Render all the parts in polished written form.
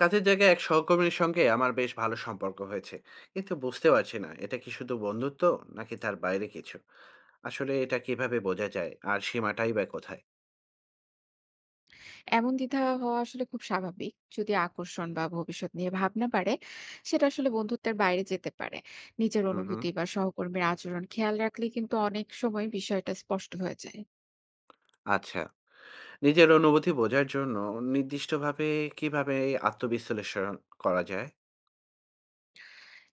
কাজের জায়গায় এক সহকর্মীর সঙ্গে আমার বেশ ভালো সম্পর্ক হয়েছে, কিন্তু বুঝতে পারছি না এটা কি শুধু বন্ধুত্ব নাকি তার বাইরে কিছু। আসলে এটা কিভাবে বোঝা যায়, আর সীমাটাই বা কোথায়? এমন দ্বিধা হওয়া আসলে খুব স্বাভাবিক। যদি আকর্ষণ বা ভবিষ্যৎ নিয়ে ভাবনা বাড়ে, সেটা আসলে বন্ধুত্বের বাইরে যেতে পারে। নিজের হুম হুম। অনুভূতি বা সহকর্মীর আচরণ খেয়াল রাখলে কিন্তু অনেক সময় বিষয়টা স্পষ্ট হয়ে যায়। আচ্ছা, নিজের অনুভূতি বোঝার জন্য নির্দিষ্টভাবে কিভাবে এই আত্মবিশ্লেষণ করা যায়?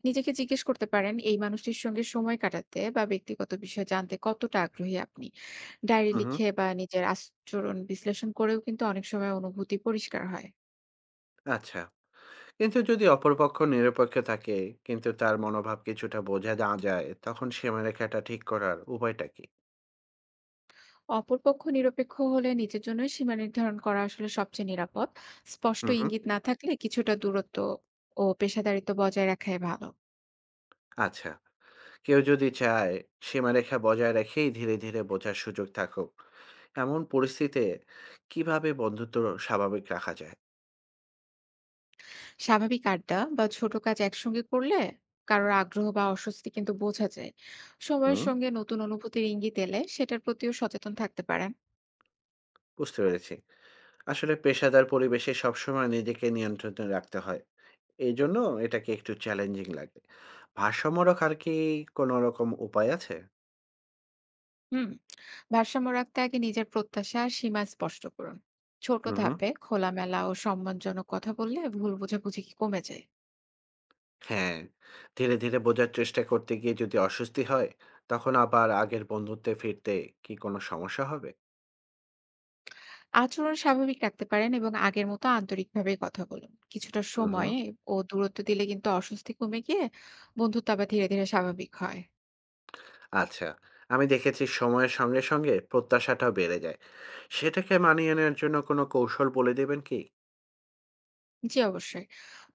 নিজেকে জিজ্ঞেস করতে পারেন, এই মানুষটির সঙ্গে সময় কাটাতে বা ব্যক্তিগত বিষয় জানতে কতটা আগ্রহী আপনি? ডায়েরি হুম হুম। লিখে বা নিজের আচরণ বিশ্লেষণ করেও কিন্তু অনেক সময় অনুভূতি পরিষ্কার হয়। আচ্ছা, কিন্তু যদি অপরপক্ষ নিরপেক্ষ থাকে, কিন্তু তার মনোভাব কিছুটা বোঝা না যায়, তখন সীমারেখাটা ঠিক করার উপায়টা কি? অপরপক্ষ নিরপেক্ষ হলে নিজের জন্যই সীমা নির্ধারণ করা আসলে সবচেয়ে নিরাপদ। স্পষ্ট হুম হুম। ইঙ্গিত না থাকলে কিছুটা দূরত্ব ও পেশাদারিত্ব বজায় রাখাই ভালো। আচ্ছা, কেউ যদি চায় সীমারেখা বজায় রেখেই ধীরে ধীরে বোঝার সুযোগ থাকুক, এমন পরিস্থিতিতে কিভাবে বন্ধুত্ব স্বাভাবিক রাখা যায়? স্বাভাবিক আড্ডা বা ছোট কাজ একসঙ্গে করলে কারোর আগ্রহ বা অস্বস্তি কিন্তু বোঝা যায়। সময়ের হুম, সঙ্গে নতুন অনুভূতির ইঙ্গিত এলে সেটার প্রতিও সচেতন থাকতে পারেন। বুঝতে পেরেছি। আসলে পেশাদার পরিবেশে সবসময় নিজেকে নিয়ন্ত্রণে রাখতে হয়, এই জন্য এটাকে একটু চ্যালেঞ্জিং লাগে। ভারসাম্য রাখার কি কোনো রকম উপায় আছে? হুম। ভারসাম্য রাখতে আগে নিজের প্রত্যাশা আর সীমা স্পষ্ট করুন। ছোট হুম, ধাপে খোলামেলা ও সম্মানজনক কথা বললে ভুল বোঝাবুঝি কি কমে যায়। হ্যাঁ। ধীরে ধীরে বোঝার চেষ্টা করতে গিয়ে যদি অস্বস্তি হয়, তখন আবার আগের বন্ধুত্বে ফিরতে কি কোনো সমস্যা হবে? আচরণ স্বাভাবিক রাখতে পারেন এবং আগের মতো আন্তরিকভাবে কথা বলুন। কিছুটা হুম। সময় ও দূরত্ব দিলে কিন্তু অস্বস্তি কমে গিয়ে বন্ধুত্ব আবার ধীরে ধীরে স্বাভাবিক হয়। আচ্ছা, আমি দেখেছি সময়ের সঙ্গে, সঙ্গে প্রত্যাশাটাও বেড়ে যায়। সেটাকে মানিয়ে নেওয়ার জন্য কোনো কৌশল বলে দেবেন কি? জি, অবশ্যই।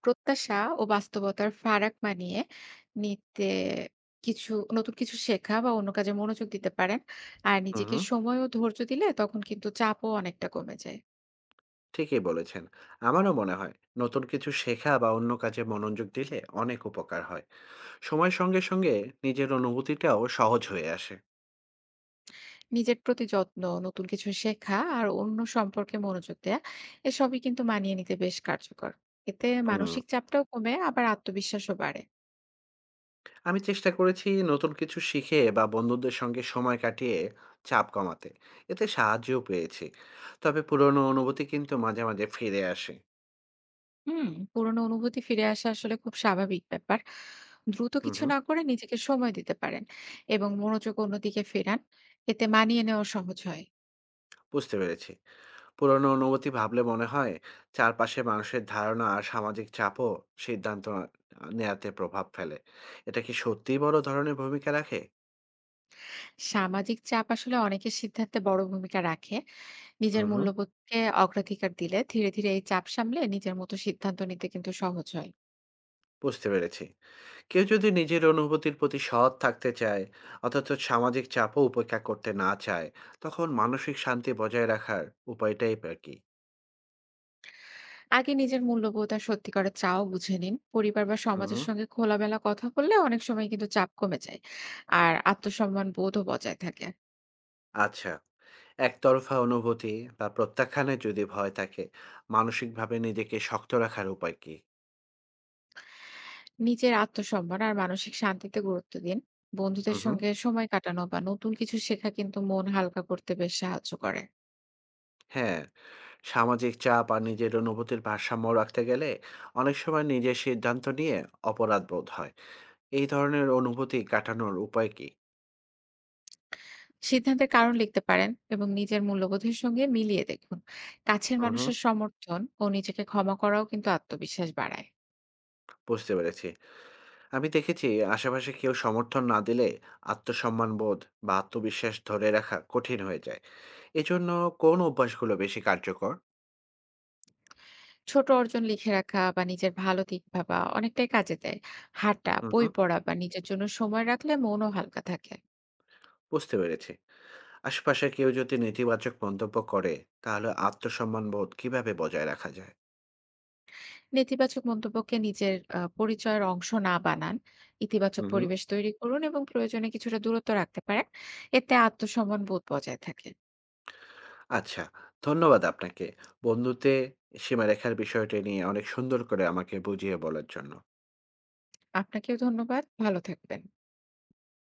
প্রত্যাশা ও বাস্তবতার ফারাক মানিয়ে নিতে কিছু নতুন কিছু শেখা বা অন্য কাজে মনোযোগ দিতে পারেন। আর হু, নিজেকে হু। সময় ও ধৈর্য দিলে তখন কিন্তু চাপও অনেকটা কমে যায়। ঠিকই বলেছেন। আমারও মনে হয় নতুন কিছু শেখা বা অন্য কাজে মনোযোগ দিলে অনেক উপকার হয়। সময়ের সঙ্গে, সঙ্গে নিজের অনুভূতিটাও সহজ হয়ে আসে। নিজের প্রতি যত্ন, নতুন কিছু শেখা আর অন্য সম্পর্কে মনোযোগ দেয়া এসবই কিন্তু মানিয়ে নিতে বেশ কার্যকর। এতে হুম। মানসিক চাপটাও কমে আবার আত্মবিশ্বাসও বাড়ে। আমি চেষ্টা করেছি নতুন কিছু শিখে বা বন্ধুদের সঙ্গে সময় কাটিয়ে চাপ কমাতে। এতে সাহায্যও পেয়েছি। তবে পুরনো অনুভূতি কিন্তু মাঝে, মাঝে ফিরে আসে। হুম, পুরনো অনুভূতি ফিরে আসা আসলে খুব স্বাভাবিক ব্যাপার। দ্রুত হুম, কিছু হুম। না করে নিজেকে সময় দিতে পারেন এবং মনোযোগ অন্যদিকে ফেরান। এতে মানিয়ে নেওয়া সহজ হয়। বুঝতে পেরেছি, পুরনো অনুভূতি ভাবলে মনে হয় চারপাশে মানুষের ধারণা আর সামাজিক চাপও সিদ্ধান্ত নেয়াতে প্রভাব ফেলে। এটা কি সত্যিই বড় ধরনের ভূমিকা রাখে? সামাজিক চাপ আসলে অনেকের সিদ্ধান্তে বড় ভূমিকা রাখে। নিজের হুম হুম। মূল্যবোধকে অগ্রাধিকার দিলে ধীরে, ধীরে এই চাপ সামলে নিজের মতো সিদ্ধান্ত নিতে কিন্তু সহজ হয়। বুঝতে পেরেছি। কেউ যদি নিজের অনুভূতির প্রতি সৎ থাকতে চায়, অথচ সামাজিক চাপও উপেক্ষা করতে না চায়, তখন মানসিক শান্তি বজায় রাখার উপায়টাই বা কি? আগে নিজের মূল্যবোধ আর সত্যিকারের চাও বুঝে নিন। পরিবার বা হুম সমাজের হুম। সঙ্গে খোলামেলা কথা বললে অনেক সময় কিন্তু চাপ কমে যায় আর আত্মসম্মান বোধও বজায় থাকে। আচ্ছা, একতরফা অনুভূতি বা প্রত্যাখ্যানে যদি ভয় থাকে, মানসিকভাবে নিজেকে শক্ত রাখার উপায় কি? নিজের আত্মসম্মান আর মানসিক শান্তিতে গুরুত্ব দিন। বন্ধুদের হুম হুম। সঙ্গে সময় কাটানো বা নতুন কিছু শেখা কিন্তু মন হালকা করতে বেশ সাহায্য করে। হ্যাঁ, সামাজিক চাপ আর নিজের অনুভূতির ভারসাম্য রাখতে গেলে অনেক সময় নিজের সিদ্ধান্ত নিয়ে অপরাধ বোধ হয়। এই ধরনের অনুভূতি কাটানোর উপায় কি? সিদ্ধান্তের কারণ লিখতে পারেন এবং নিজের মূল্যবোধের সঙ্গে মিলিয়ে দেখুন। কাছের হুম হুম। মানুষের সমর্থন ও নিজেকে ক্ষমা করাও কিন্তু আত্মবিশ্বাস বাড়ায়। বুঝতে পেরেছি। আমি দেখেছি আশেপাশে কেউ সমর্থন না দিলে আত্মসম্মান বোধ বা আত্মবিশ্বাস ধরে রাখা কঠিন হয়ে যায়। এজন্য কোন অভ্যাসগুলো বেশি কার্যকর? ছোট অর্জন লিখে রাখা বা নিজের ভালো দিক ভাবা অনেকটাই কাজে দেয়। হাঁটা, হুম বই হুম। পড়া বা নিজের জন্য সময় রাখলে মনও হালকা থাকে। বুঝতে পেরেছি। আশেপাশে কেউ যদি নেতিবাচক মন্তব্য করে, তাহলে আত্মসম্মান বোধ কিভাবে বজায় রাখা যায়? নেতিবাচক মন্তব্যকে নিজের পরিচয়ের অংশ না বানান। ইতিবাচক হুম। পরিবেশ তৈরি করুন এবং প্রয়োজনে কিছুটা দূরত্ব রাখতে পারেন। এতে আত্মসম্মান বোধ বজায় থাকে। আচ্ছা, ধন্যবাদ আপনাকে। বন্ধুত্বে সীমারেখার বিষয়টি নিয়ে অনেক সুন্দর করে আমাকে বুঝিয়ে বলার জন্য। আপনাকেও ধন্যবাদ। ভালো থাকবেন।